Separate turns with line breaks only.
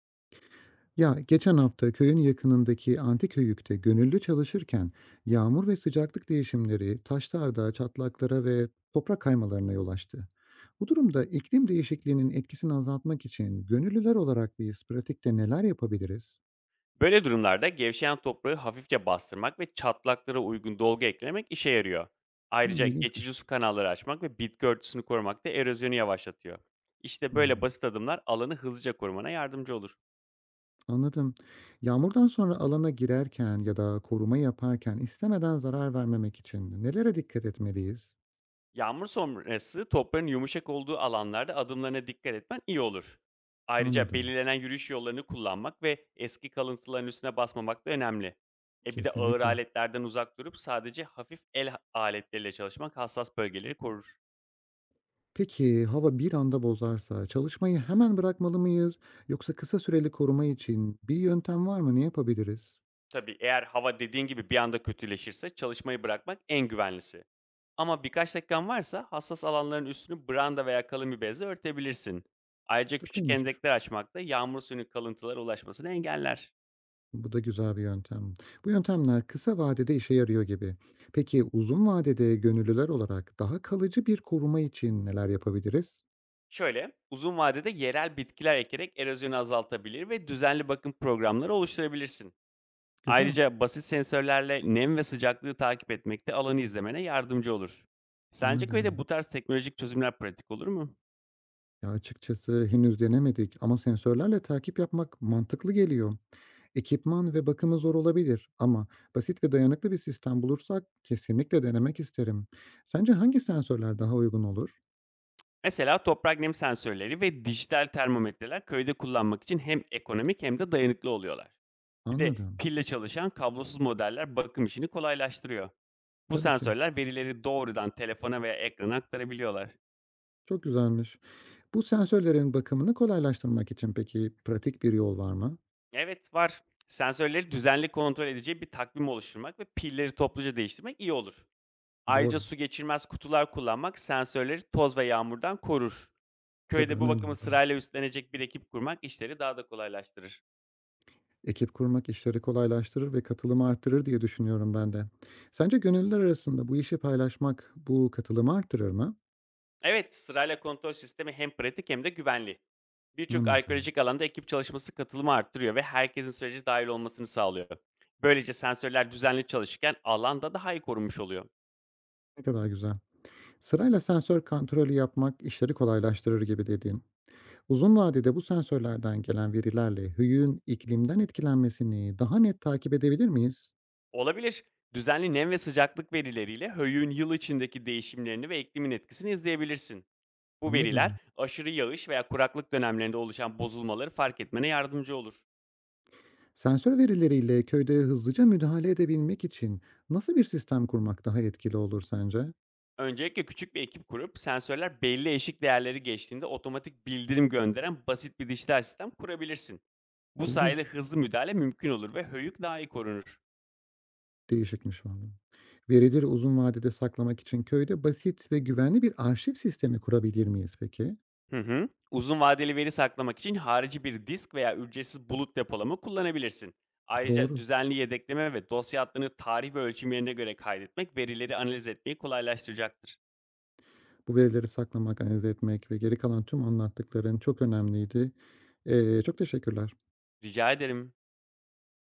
Ya geçen hafta köyün yakınındaki antik höyükte gönüllü çalışırken yağmur ve sıcaklık değişimleri taşlarda, çatlaklara ve toprak kaymalarına yol açtı. Bu durumda iklim değişikliğinin etkisini azaltmak için gönüllüler olarak biz pratikte neler yapabiliriz?
Böyle durumlarda gevşeyen toprağı hafifçe bastırmak ve çatlaklara uygun dolgu eklemek işe yarıyor.
Hmm,
Ayrıca
ilginçmiş.
geçici su kanalları açmak ve bitki örtüsünü korumak da erozyonu yavaşlatıyor. İşte böyle
Hmm,
basit adımlar alanı hızlıca korumana yardımcı olur.
anladım. Yağmurdan sonra alana girerken ya da koruma yaparken istemeden zarar vermemek için nelere dikkat etmeliyiz?
Yağmur sonrası toprağın yumuşak olduğu alanlarda adımlarına dikkat etmen iyi olur. Ayrıca
Anladım.
belirlenen yürüyüş yollarını kullanmak ve eski kalıntıların üstüne basmamak da önemli. Bir de ağır
Kesinlikle.
aletlerden uzak durup sadece hafif el aletleriyle çalışmak hassas bölgeleri korur.
Peki hava bir anda bozarsa çalışmayı hemen bırakmalı mıyız yoksa kısa süreli koruma için bir yöntem var mı? Ne yapabiliriz?
Tabii, eğer hava dediğin gibi bir anda kötüleşirse çalışmayı bırakmak en güvenlisi. Ama birkaç dakikan varsa hassas alanların üstünü branda veya kalın bir bezle örtebilirsin. Ayrıca küçük
Tıklıymış.
hendekler açmak da yağmur suyunun kalıntılara ulaşmasını engeller.
Bu da güzel bir yöntem. Bu yöntemler kısa vadede işe yarıyor gibi. Peki uzun vadede gönüllüler olarak daha kalıcı bir koruma için neler yapabiliriz?
Şöyle, uzun vadede yerel bitkiler ekerek erozyonu azaltabilir ve düzenli bakım programları oluşturabilirsin.
Güzel,
Ayrıca basit sensörlerle nem ve sıcaklığı takip etmek de alanı izlemene yardımcı olur. Sence köyde bu
anladım.
tarz teknolojik çözümler pratik olur mu?
Ya açıkçası henüz denemedik ama sensörlerle takip yapmak mantıklı geliyor. Ekipman ve bakımı zor olabilir ama basit ve dayanıklı bir sistem bulursak kesinlikle denemek isterim. Sence hangi sensörler daha uygun olur?
Mesela toprak nem sensörleri ve dijital termometreler köyde kullanmak için hem ekonomik hem de dayanıklı oluyorlar. Bir de
Anladım.
pille çalışan kablosuz modeller bakım işini kolaylaştırıyor. Bu
Tabii ki.
sensörler verileri doğrudan telefona veya ekrana aktarabiliyorlar.
Çok güzelmiş. Bu sensörlerin bakımını kolaylaştırmak için peki pratik bir yol var mı?
Evet var. Sensörleri düzenli kontrol edeceği bir takvim oluşturmak ve pilleri topluca değiştirmek iyi olur. Ayrıca
Doğru.
su geçirmez kutular kullanmak sensörleri toz ve yağmurdan korur.
Tabii
Köyde bu
önemli
bakımı
bu da.
sırayla üstlenecek bir ekip kurmak işleri daha da kolaylaştırır.
Ekip kurmak işleri kolaylaştırır ve katılımı arttırır diye düşünüyorum ben de. Sence gönüllüler arasında bu işi paylaşmak bu katılımı arttırır mı?
Evet, sırayla kontrol sistemi hem pratik hem de güvenli. Birçok
Anladım.
arkeolojik alanda ekip çalışması katılımı arttırıyor ve herkesin sürece dahil olmasını sağlıyor. Böylece sensörler düzenli çalışırken alanda daha iyi korunmuş oluyor.
Ne kadar güzel. Sırayla sensör kontrolü yapmak işleri kolaylaştırır gibi dedin. Uzun vadede bu sensörlerden gelen verilerle hüyün iklimden etkilenmesini daha net takip edebilir miyiz?
Olabilir. Düzenli nem ve sıcaklık verileriyle höyüğün yıl içindeki değişimlerini ve iklimin etkisini izleyebilirsin. Bu veriler
Anladım.
aşırı yağış veya kuraklık dönemlerinde oluşan bozulmaları fark etmene yardımcı olur.
Sensör verileriyle köyde hızlıca müdahale edebilmek için nasıl bir sistem kurmak daha etkili olur sence?
Öncelikle küçük bir ekip kurup sensörler belli eşik değerleri geçtiğinde otomatik bildirim gönderen basit bir dijital sistem kurabilirsin. Bu sayede
İlginç.
hızlı müdahale mümkün olur ve höyük daha iyi korunur.
Değişikmiş valla. Verileri uzun vadede saklamak için köyde basit ve güvenli bir arşiv sistemi kurabilir miyiz peki?
Hı hı. Uzun vadeli veri saklamak için harici bir disk veya ücretsiz bulut depolama kullanabilirsin. Ayrıca
Doğru.
düzenli yedekleme ve dosya adlarını tarih ve ölçüm yerine göre kaydetmek verileri analiz etmeyi kolaylaştıracaktır.
Bu verileri saklamak, analiz etmek ve geri kalan tüm anlattıkların çok önemliydi. Çok teşekkürler.
Rica ederim.